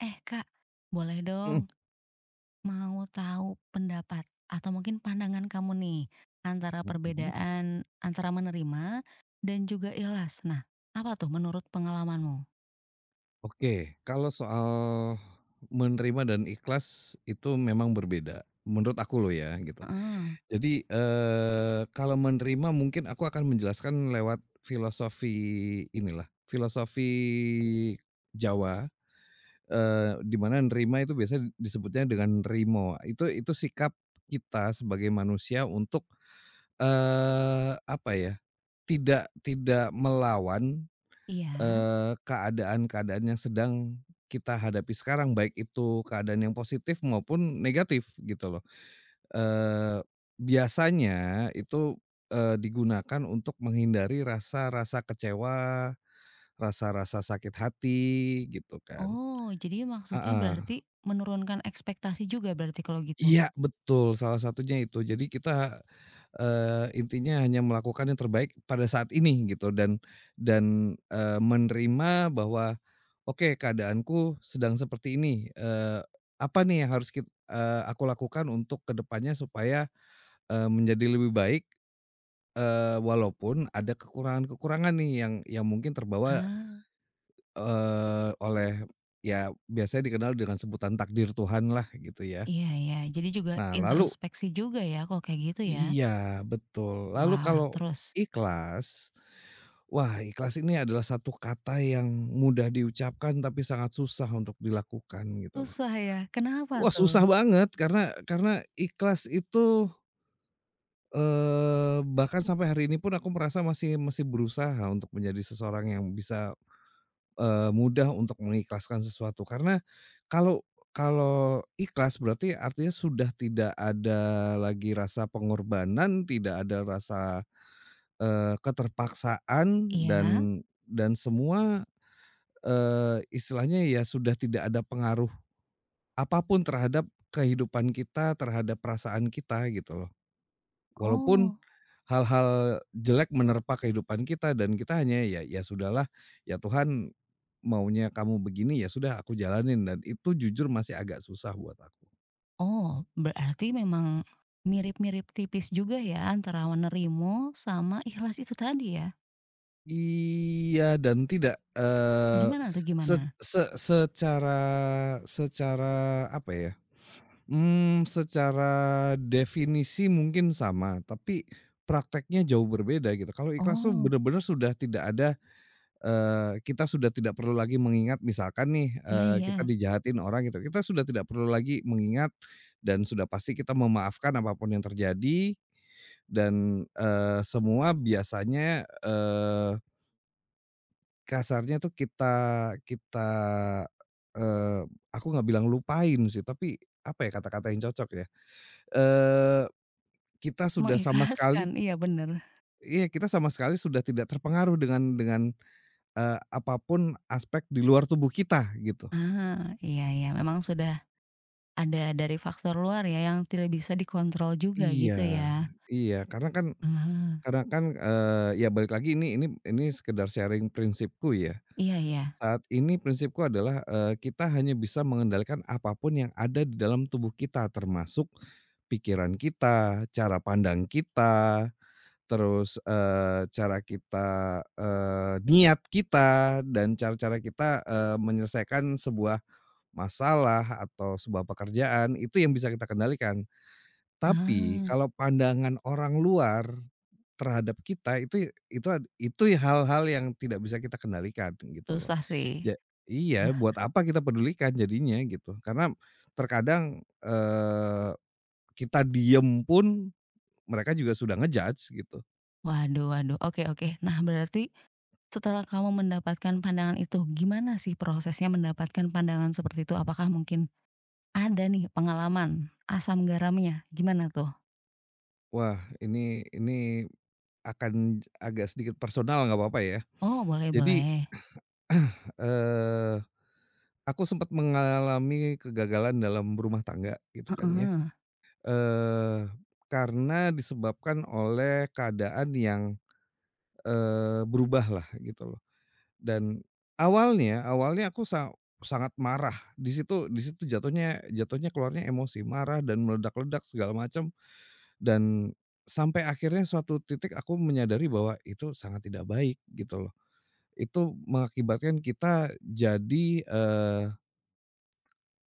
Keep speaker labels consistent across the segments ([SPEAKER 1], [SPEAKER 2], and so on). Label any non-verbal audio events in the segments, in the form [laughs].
[SPEAKER 1] Eh Kak, boleh
[SPEAKER 2] Mhm
[SPEAKER 1] dong mau tahu pendapat atau mungkin pandangan kamu nih antara
[SPEAKER 2] mhm.
[SPEAKER 1] perbedaan antara menerima dan juga ikhlas. Nah, apa tuh menurut pengalamanmu?
[SPEAKER 2] Oke, kalau soal menerima dan ikhlas itu memang berbeda, menurut aku loh ya gitu.
[SPEAKER 1] Heeh.
[SPEAKER 2] Jadi, kalau menerima mungkin aku akan menjelaskan lewat filosofi inilah, filosofi Jawa, di mana nerima itu biasanya disebutnya dengan rimo, itu sikap kita sebagai manusia untuk, apa ya, tidak tidak melawan.
[SPEAKER 1] Iya.
[SPEAKER 2] Keadaan-keadaan yang sedang kita hadapi sekarang, baik itu keadaan yang positif maupun negatif gitu loh. Eee, Biasanya itu, digunakan untuk menghindari rasa-rasa kecewa, rasa-rasa sakit hati gitu kan.
[SPEAKER 1] Oh, jadi maksudnya
[SPEAKER 2] Heeh.
[SPEAKER 1] berarti menurunkan ekspektasi juga berarti kalau gitu?
[SPEAKER 2] Iya betul, salah satunya itu. Jadi kita, intinya hanya melakukan yang terbaik pada saat ini gitu dan menerima bahwa, "Oke keadaanku sedang seperti ini, apa nih yang harus aku lakukan untuk kedepannya supaya, menjadi lebih baik, walaupun ada kekurangan-kekurangan nih yang mungkin terbawa,
[SPEAKER 1] Ah,
[SPEAKER 2] oleh" ya biasanya dikenal dengan sebutan takdir Tuhan lah gitu ya.
[SPEAKER 1] iya iya. Jadi juga
[SPEAKER 2] Nah, lalu.
[SPEAKER 1] introspeksi juga ya kalau kayak gitu ya?
[SPEAKER 2] Iya, betul. Lalu
[SPEAKER 1] Wah,
[SPEAKER 2] kalau
[SPEAKER 1] terus?
[SPEAKER 2] ikhlas, wah ikhlas ini adalah satu kata yang mudah diucapkan tapi sangat susah untuk dilakukan gitu loh.
[SPEAKER 1] Susah ya? Kenapa
[SPEAKER 2] Wah susah
[SPEAKER 1] tuh?
[SPEAKER 2] banget karena ikhlas itu, bahkan sampai hari ini pun aku merasa masih masih berusaha untuk menjadi seseorang yang bisa, mudah untuk mengikhlaskan sesuatu. Karena kalau kalau ikhlas berarti artinya sudah tidak ada lagi rasa pengorbanan, tidak ada rasa. Keterpaksaan
[SPEAKER 1] Iya?
[SPEAKER 2] dan semua, istilahnya ya sudah tidak ada pengaruh apa pun terhadap kehidupan kita, terhadap perasaan kita gitu loh. Walaupun
[SPEAKER 1] Oh.
[SPEAKER 2] hal-hal jelek menerpa kehidupan kita dan kita hanya ya, "Ya sudahlah, ya Tuhan maunya kamu begini, ya sudah aku jalanin," dan itu jujur masih agak susah buat aku.
[SPEAKER 1] Oh, berarti memang mirip-mirip tipis juga ya antara Wenerimo sama ikhlas itu tadi ya?
[SPEAKER 2] Iya dan tidak,
[SPEAKER 1] Gimana tuh
[SPEAKER 2] se
[SPEAKER 1] gimana?
[SPEAKER 2] se secara secara apa ya. Secara definisi mungkin sama, tapi prakteknya jauh berbeda gitu. Kalau ikhlas tuh
[SPEAKER 1] Oh,
[SPEAKER 2] bener-bener sudah tidak ada, kita sudah tidak perlu lagi mengingat misalkan nih,
[SPEAKER 1] iya iya,
[SPEAKER 2] kita dijahatin orang gitu, kita sudah tidak perlu lagi mengingat dan sudah pasti kita memaafkan apapun yang terjadi dan, semua biasanya, kasarnya tuh kita kita, eee, aku nggak bilang lupain sih, tapi apa ya kata-kata yang cocok ya? Eee, Kita sudah sama sekali
[SPEAKER 1] mengikhlaskan, iya bener.
[SPEAKER 2] iya, kita sama sekali sudah tidak terpengaruh dengan apa aspek di luar tubuh kita, gitu.
[SPEAKER 1] Ah, iya iya memang sudah ada dari faktor luar ya yang tidak bisa dikontrol juga gitu
[SPEAKER 2] Iya
[SPEAKER 1] ya?
[SPEAKER 2] iya, karena kan
[SPEAKER 1] Ah,
[SPEAKER 2] ya balik lagi ini sekedar sharing prinsipku ya.
[SPEAKER 1] iya iya,
[SPEAKER 2] Saat ini prinsipku adalah, kita hanya bisa mengendalikan apapun yang ada di dalam tubuh kita, termasuk pikiran kita, cara pandang kita. Terus, cara kita, niat kita dan cara-cara kita, menyelesaikan sebuah masalah atau sebuah pekerjaan itu yang bisa kita kendalikan. Tapi
[SPEAKER 1] ah,
[SPEAKER 2] kalau pandangan orang luar terhadap kita itu hal-hal yang tidak bisa kita kendalikan gitu loh.
[SPEAKER 1] susah sih.
[SPEAKER 2] Ja iya, buat apa kita pedulikan jadinya gitu. Karena terkadang, kita diem pun mereka juga sudah ngejudge gitu.
[SPEAKER 1] Waduh waduh, oke oke. Nah berarti setelah kamu mendapatkan pandangan itu, gimana sih prosesnya mendapatkan pandangan seperti itu? Apakah mungkin ada nih pengalaman, asam garamnya, gimana tuh?
[SPEAKER 2] Wah, ini akan agak sedikit personal nggak apa-apa ya.
[SPEAKER 1] Oh boleh
[SPEAKER 2] Jadi,
[SPEAKER 1] boleh,
[SPEAKER 2] [clears throat] eee, aku sempat mengalami kegagalan dalam berumah tangga gitu kan ya,
[SPEAKER 1] heeh.
[SPEAKER 2] eee, karena disebabkan oleh keadaan yang, eh berubah lah, gitu loh. Dan awalnya awalnya aku sangat marah, di situ jatuhnya jatuhnya keluarnya emosi, marah dan meledak-ledak segala macam. Dan sampai akhirnya suatu titik aku menyadari bahwa itu sangat tidak baik gitu loh. Itu mengakibatkan kita jadi,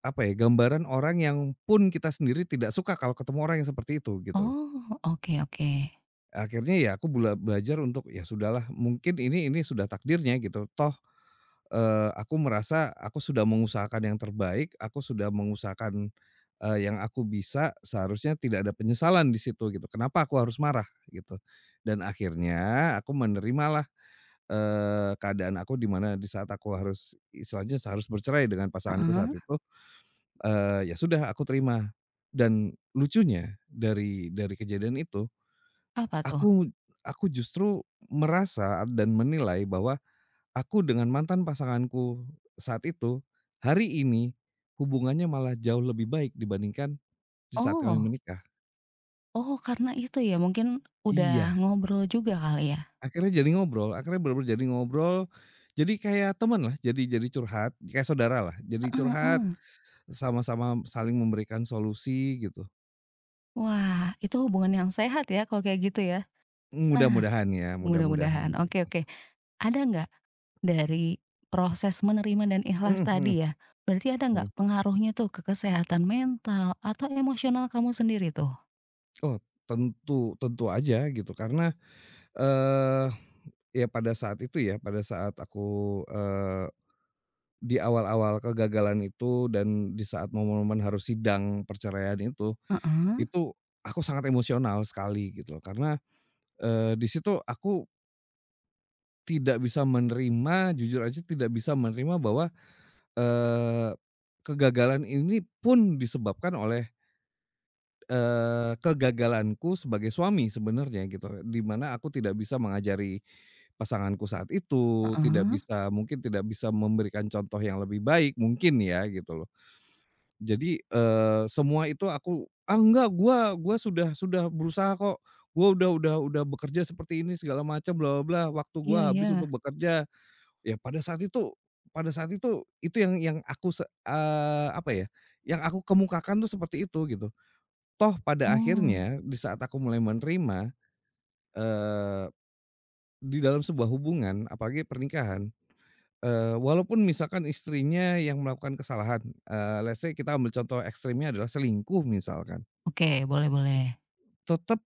[SPEAKER 2] apa ya, gambaran orang yang pun kita sendiri tidak suka kalau ketemu orang yang seperti itu gitu loh.
[SPEAKER 1] Oh oke oke,
[SPEAKER 2] Akhirnya ya aku belajar untuk ya sudahlah mungkin ini sudah takdirnya gitu toh, aku merasa aku sudah mengusahakan yang terbaik, aku sudah mengusahakan, yang aku bisa seharusnya tidak ada penyesalan di situ gitu, kenapa aku harus marah gitu. Dan akhirnya aku menerimalah, keadaan aku di mana di saat aku harus istilahnya harus bercerai dengan pasanganku
[SPEAKER 1] heeh,
[SPEAKER 2] saat itu, ya sudah aku terima. Dan lucunya dari kejadian itu.
[SPEAKER 1] apa tuh?
[SPEAKER 2] Aku aku justru merasa dan menilai bahwa aku dengan mantan pasanganku saat itu, hari ini hubungannya malah jauh lebih baik dibandingkan di saat kami
[SPEAKER 1] Oh,
[SPEAKER 2] menikah.
[SPEAKER 1] oh karena itu ya mungkin udah
[SPEAKER 2] Iya,
[SPEAKER 1] ngobrol juga kali ya?
[SPEAKER 2] akhirnya jadi ngobrol akhirnya bener-bener jadi ngobrol, jadi kayak teman lah, jadi curhat, kayak saudara lah, jadi
[SPEAKER 1] Heeh
[SPEAKER 2] curhat,
[SPEAKER 1] heeh.
[SPEAKER 2] sama-sama saling memberikan solusi gitu.
[SPEAKER 1] Wah itu hubungan yang sehat ya kalau kayak gitu ya? Nah
[SPEAKER 2] Mudah-mudahan ya, mudah-mudahan.
[SPEAKER 1] mudah-mudahan, oke oke. Ada nggak dari proses menerima dan
[SPEAKER 2] Mhm
[SPEAKER 1] ikhlas
[SPEAKER 2] mhm
[SPEAKER 1] tadi ya, berarti ada nggak
[SPEAKER 2] mhm.
[SPEAKER 1] pengaruhnya tuh ke kesehatan mental atau emosional kamu sendiri tuh?
[SPEAKER 2] Oh, tentu tentu aja gitu karena, eee Ya pada saat itu ya, pada saat aku, di awal-awal kegagalan itu dan di saat momen-momen harus sidang perceraian
[SPEAKER 1] Heeh.
[SPEAKER 2] itu aku sangat emosional sekali gitu loh karena, di situ aku tidak bisa menerima, jujur aja tidak bisa menerima bahwa, eee, kegagalan ini pun disebabkan oleh. Kegagalanku sebagai suami sebenarnya gitu, di mana aku tidak bisa mengajari pasanganku saat itu, tidak
[SPEAKER 1] Heeh,
[SPEAKER 2] bisa mungkin tidak bisa memberikan contoh yang lebih baik mungkin ya gitu loh. Jadi, semua itu aku, "Ah enggak, gua sudah berusaha kok, gua udah bekerja seperti ini segala macam bla bla bla, waktu
[SPEAKER 1] iya
[SPEAKER 2] gua
[SPEAKER 1] iya.
[SPEAKER 2] habis untuk bekerja." Ya pada saat itu itu yang aku se eee, apa ya, yang aku kemukakan tuh seperti itu gitu. Toh pada
[SPEAKER 1] Oh,
[SPEAKER 2] akhirnya di saat aku mulai menerima, eee, di dalam sebuah hubungan apalagi pernikahan, walaupun misalkan istrinya yang melakukan kesalahan, let's say kita ambil contoh ekstrimnya adalah selingkuh misalkan,
[SPEAKER 1] oke, boleh boleh.
[SPEAKER 2] tetap,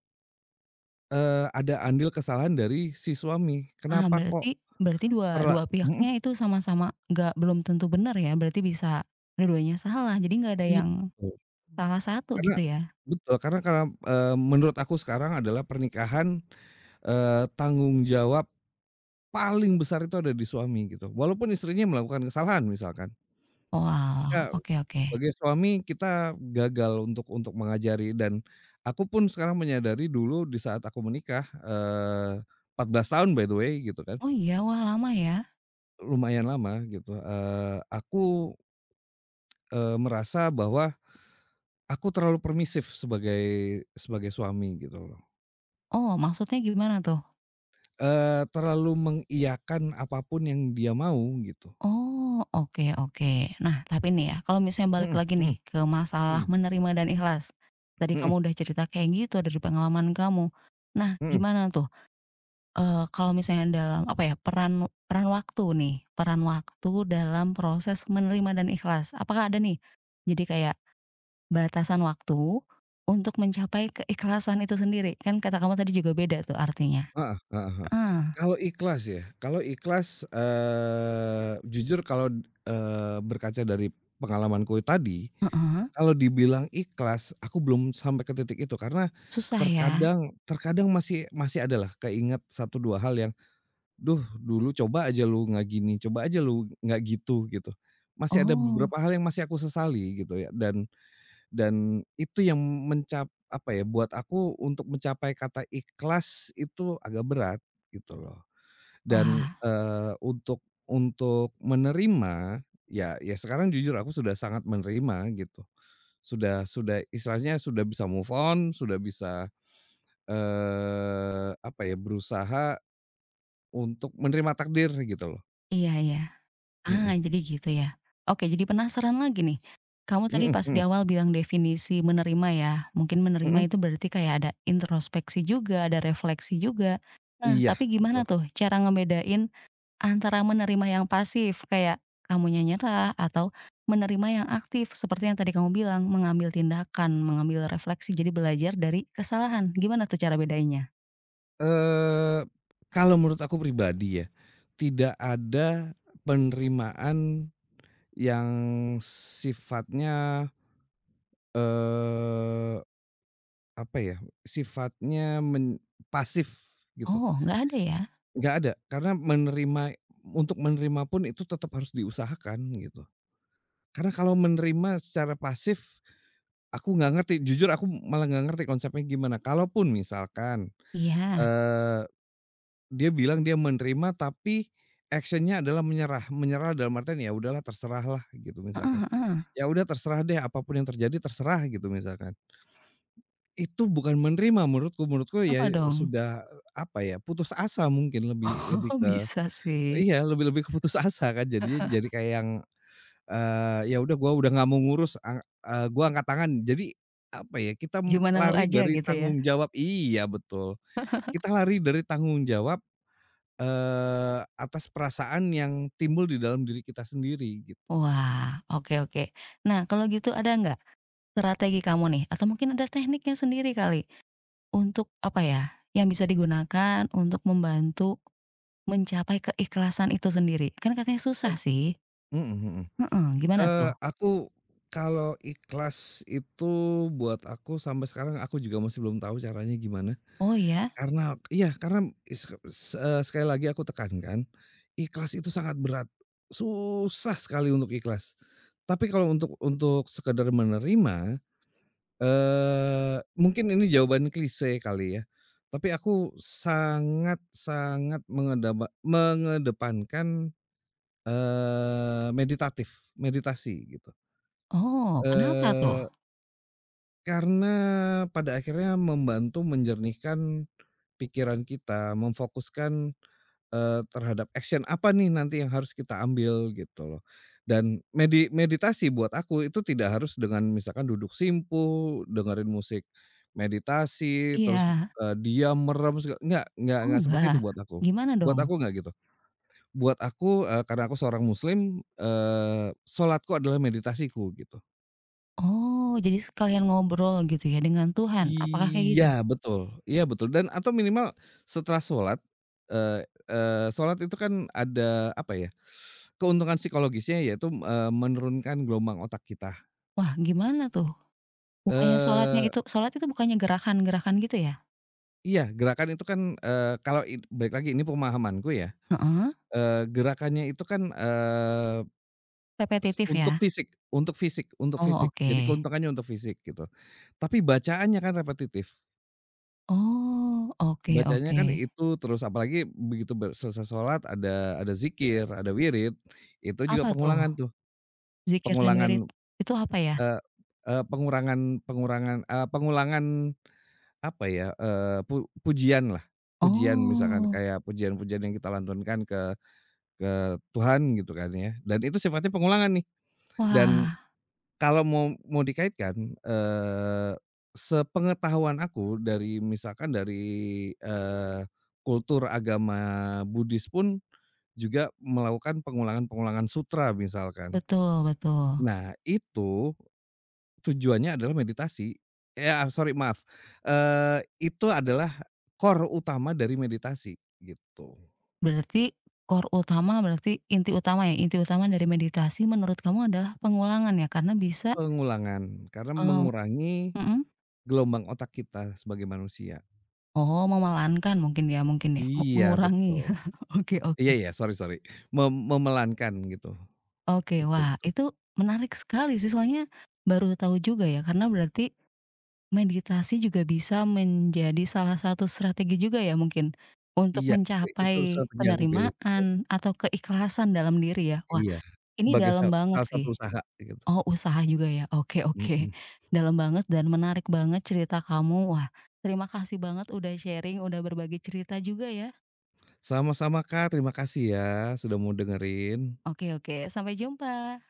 [SPEAKER 2] ada andil kesalahan dari si suami.
[SPEAKER 1] Ah,
[SPEAKER 2] Kenapa kok
[SPEAKER 1] berarti berarti dua
[SPEAKER 2] terla
[SPEAKER 1] dua
[SPEAKER 2] mhm,
[SPEAKER 1] pihaknya itu sama-sama nggak belum tentu benar ya, berarti bisa dua-duanya salah, jadi nggak ada
[SPEAKER 2] iya
[SPEAKER 1] yang
[SPEAKER 2] betul.
[SPEAKER 1] salah satu
[SPEAKER 2] Karena
[SPEAKER 1] gitu ya?
[SPEAKER 2] betul, karena menurut aku sekarang adalah pernikahan, tanggung jawab paling besar itu ada di suami gitu, walaupun istrinya melakukan kesalahan misalkan.
[SPEAKER 1] Oalah,
[SPEAKER 2] Kita
[SPEAKER 1] oke oke.
[SPEAKER 2] sebagai suami kita gagal untuk mengajari dan aku pun sekarang menyadari dulu di saat aku menikah, 14 tahun by the way gitu kan,
[SPEAKER 1] Oh iya, wah lama ya?
[SPEAKER 2] lumayan lama gitu, aku, merasa bahwa aku terlalu permisif sebagai sebagai suami gitu loh,
[SPEAKER 1] Oh, maksudnya gimana tuh?
[SPEAKER 2] terlalu mengiyakan apa pun yang dia mau gitu.
[SPEAKER 1] Oh, oke oke. Nah, tapi nih ya, kalau misalnya balik
[SPEAKER 2] Mhm
[SPEAKER 1] lagi
[SPEAKER 2] mhm
[SPEAKER 1] nih ke masalah
[SPEAKER 2] mhm
[SPEAKER 1] menerima dan ikhlas, tadi
[SPEAKER 2] mhm
[SPEAKER 1] kamu udah cerita kayak gitu dari pengalaman kamu. Nah,
[SPEAKER 2] mhm.
[SPEAKER 1] gimana tuh kalau misalnya dalam apa ya, peran peran waktu nih, peran waktu dalam proses menerima dan ikhlas. Apakah ada nih, jadi kayak batasan waktu untuk mencapai keikhlasan itu sendiri? Kan kata kamu tadi juga beda tuh artinya.
[SPEAKER 2] Heeh heeh heeh.
[SPEAKER 1] Heeh,
[SPEAKER 2] Kalau ikhlas ya, kalau ikhlas, jujur kalau, berkaca dari pengalamanku tadi,
[SPEAKER 1] heeh,
[SPEAKER 2] kalau dibilang ikhlas aku belum sampai ke titik itu karena
[SPEAKER 1] susah ya?
[SPEAKER 2] terkadang terkadang masih masih adalah keinget satu 2 hal yang, "Duh dulu coba aja lu nggak gini, coba aja lu nggak gitu," gitu. Masih ada
[SPEAKER 1] Oh,
[SPEAKER 2] beberapa hal yang masih aku sesali gitu ya dan itu yang apa ya, buat aku untuk mencapai kata ikhlas itu agak berat gitu loh. Dan,
[SPEAKER 1] wah,
[SPEAKER 2] untuk menerima, ya ya sekarang jujur aku sudah sangat menerima gitu. Sudah istilahnya sudah bisa move on, sudah bisa, apa ya, berusaha untuk menerima takdir gitu loh.
[SPEAKER 1] iya iya. Ah,
[SPEAKER 2] Mhm.
[SPEAKER 1] jadi gitu ya. Oke, jadi penasaran lagi nih. Kamu tadi
[SPEAKER 2] Mhm
[SPEAKER 1] pas di
[SPEAKER 2] mhm
[SPEAKER 1] awal bilang definisi menerima ya, mungkin
[SPEAKER 2] mhm.
[SPEAKER 1] menerima itu berarti kayak ada introspeksi juga, ada refleksi juga. Nah,
[SPEAKER 2] Iya,
[SPEAKER 1] tapi
[SPEAKER 2] betul.
[SPEAKER 1] gimana tuh cara ngebedain antara menerima yang pasif kayak kamunya nyerah atau menerima yang aktif seperti yang tadi kamu bilang, mengambil tindakan, mengambil refleksi, jadi belajar dari kesalahan. Gimana tuh cara bedainnya?
[SPEAKER 2] Eee, Kalau menurut aku pribadi ya, tidak ada penerimaan yang sifatnya, eee, apa ya, sifatnya men pasif gitu,
[SPEAKER 1] Oh, nggak ada ya?
[SPEAKER 2] nggak ada. Karena untuk menerima pun itu tetap harus diusahakan gitu. Karena kalau menerima secara pasif, aku nggak ngerti, jujur aku malah nggak ngerti konsepnya gimana. Kalaupun misalkan,
[SPEAKER 1] Iya.
[SPEAKER 2] eee Dia bilang dia menerima tapi action-nya adalah menyerah. Menyerah dalam artian, "Ya udahlah terserahlah," gitu
[SPEAKER 1] Heeh
[SPEAKER 2] misalkan.
[SPEAKER 1] heeh.
[SPEAKER 2] "Ya udah terserah deh, apapun yang terjadi terserah," gitu misalkan. Itu bukan menerima menurutku, menurutku ya
[SPEAKER 1] Apa dong?
[SPEAKER 2] sudah, eh, apa ya, putus asa mungkin lebih
[SPEAKER 1] [laughs]
[SPEAKER 2] lebih
[SPEAKER 1] Oh,
[SPEAKER 2] ke
[SPEAKER 1] bisa sih.
[SPEAKER 2] iya, lebih lebih ke putus asa kan jadinya, jadi kayak yang, ya udah gua udah nggak mau ngurus, gua angkat tangan. Jadi, apa ya, kita
[SPEAKER 1] Gimana lu
[SPEAKER 2] lari
[SPEAKER 1] aja
[SPEAKER 2] dari
[SPEAKER 1] gitu ya?
[SPEAKER 2] tanggung jawab iya betul. Kita lari dari tanggung jawab. Atas perasaan yang timbul di dalam diri kita sendiri gitu.
[SPEAKER 1] Wah, oke oke. Nah, kalau gitu ada nggak strategi kamu nih atau mungkin ada tekniknya sendiri kali untuk apa ya, yang bisa digunakan untuk membantu mencapai keikhlasan itu sendiri? Kan katanya susah
[SPEAKER 2] Oh.
[SPEAKER 1] sih.
[SPEAKER 2] Mhm mhm.
[SPEAKER 1] Heeh, gimana tuh?
[SPEAKER 2] Aku kalau ikhlas itu buat aku sampai sekarang aku juga masih belum tahu caranya gimana.
[SPEAKER 1] Oh ya?
[SPEAKER 2] Karena iya karena sekali lagi aku tekankan, ikhlas itu sangat berat, susah sekali untuk ikhlas. Tapi kalau untuk sekedar menerima. Mungkin ini jawaban klise kali ya, tapi aku sangat sangat mengedepankan, meditatif, meditasi gitu.
[SPEAKER 1] Oh, kenapa tuh?
[SPEAKER 2] Eee, karena pada akhirnya membantu menjernihkan pikiran kita, memfokuskan. Terhadap action apa nih nanti yang harus kita ambil gitu loh. Dan meditasi buat aku itu tidak harus dengan misalkan duduk simpu, dengerin musik meditasi, terus,
[SPEAKER 1] Iya.
[SPEAKER 2] diam, merem, nggak
[SPEAKER 1] Oh
[SPEAKER 2] enggak seperti itu
[SPEAKER 1] enggak?
[SPEAKER 2] buat aku.
[SPEAKER 1] Gimana
[SPEAKER 2] Buat
[SPEAKER 1] dong?
[SPEAKER 2] aku nggak gitu. Buat aku, karena aku seorang muslim, salatku adalah meditasiku gitu.
[SPEAKER 1] Oh, jadi sekalian ngobrol gitu ya dengan Tuhan, apakah kayak
[SPEAKER 2] Iya
[SPEAKER 1] gitu?
[SPEAKER 2] betul iya betul dan atau minimal setelah salat, eee eee, salat itu kan ada apa ya. Keuntungan psikologisnya yaitu, menurunkan gelombang otak kita.
[SPEAKER 1] Wah, gimana tuh? Bukannya sholatnya
[SPEAKER 2] Eee,
[SPEAKER 1] itu sholat itu bukannya gerakan-gerakan gitu ya?
[SPEAKER 2] iya gerakan itu kan, kalau balik lagi ini pemahamanku ya,
[SPEAKER 1] Heeh.
[SPEAKER 2] gerakannya itu kan,
[SPEAKER 1] Repetitif
[SPEAKER 2] untuk
[SPEAKER 1] ya?
[SPEAKER 2] fisik untuk fisik untuk
[SPEAKER 1] Oh,
[SPEAKER 2] fisik,
[SPEAKER 1] oke.
[SPEAKER 2] jadi keuntungannya untuk fisik gitu. Tapi bacaannya kan repetitif,
[SPEAKER 1] Oh, oke
[SPEAKER 2] bacaannya
[SPEAKER 1] oke.
[SPEAKER 2] kan itu terus apalagi begitu selesai sholat ada zikir, ada wirid, itu juga
[SPEAKER 1] Apa tuh?
[SPEAKER 2] pengulangan tuh,
[SPEAKER 1] Zikir dan wirid
[SPEAKER 2] pengulangan,
[SPEAKER 1] itu apa ya?
[SPEAKER 2] eee eee, pengurangan pengurangan eee, pengulangan. Apa ya, pujianlah, pujian misalkan
[SPEAKER 1] Oh,
[SPEAKER 2] kayak pujian-pujian yang kita lantunkan ke Tuhan gitu kan ya, dan itu sifatnya pengulangan nih dan
[SPEAKER 1] wah,
[SPEAKER 2] kalau mau mau dikaitkan, sepengetahuan aku dari misalkan dari, eee, kultur agama Buddhis pun juga melakukan pengulangan-pengulangan sutra misalkan.
[SPEAKER 1] betul betul.
[SPEAKER 2] Nah, itu tujuannya adalah meditasi. Ya, sorry maaf, itu adalah core utama dari meditasi, gitu.
[SPEAKER 1] Berarti core utama, berarti inti utama ya, inti utama dari meditasi menurut kamu adalah pengulangan ya? Karena bisa,
[SPEAKER 2] Pengulangan, karena
[SPEAKER 1] eee
[SPEAKER 2] mengurangi
[SPEAKER 1] mhm?
[SPEAKER 2] gelombang otak kita sebagai manusia.
[SPEAKER 1] Oh, memelankan mungkin ya,
[SPEAKER 2] Iya,
[SPEAKER 1] mengurangi.
[SPEAKER 2] betul.
[SPEAKER 1] [laughs] Oke oke.
[SPEAKER 2] Iya iya, sorry sorry. Memelankan gitu.
[SPEAKER 1] Oke,
[SPEAKER 2] Betul
[SPEAKER 1] wah,
[SPEAKER 2] betul.
[SPEAKER 1] itu menarik sekali sih, soalnya baru tahu juga ya, karena berarti meditasi juga bisa menjadi salah satu strategi juga ya mungkin, untuk
[SPEAKER 2] Iya, itu
[SPEAKER 1] mencapai
[SPEAKER 2] strategi yang aku pilih, betul.
[SPEAKER 1] penerimaan atau keikhlasan dalam diri ya? Wah,
[SPEAKER 2] Iya,
[SPEAKER 1] ini
[SPEAKER 2] sebagai
[SPEAKER 1] dalam banget
[SPEAKER 2] salah
[SPEAKER 1] sih.
[SPEAKER 2] satu usaha gitu.
[SPEAKER 1] Oh, usaha juga ya? Oke oke.
[SPEAKER 2] Mhm.
[SPEAKER 1] Dalam banget dan menarik banget cerita kamu. Wah, terima kasih banget udah sharing, udah berbagi cerita juga ya.
[SPEAKER 2] Sama-sama Kak, terima kasih ya, sudah mau dengerin.
[SPEAKER 1] Oke oke, sampai jumpa.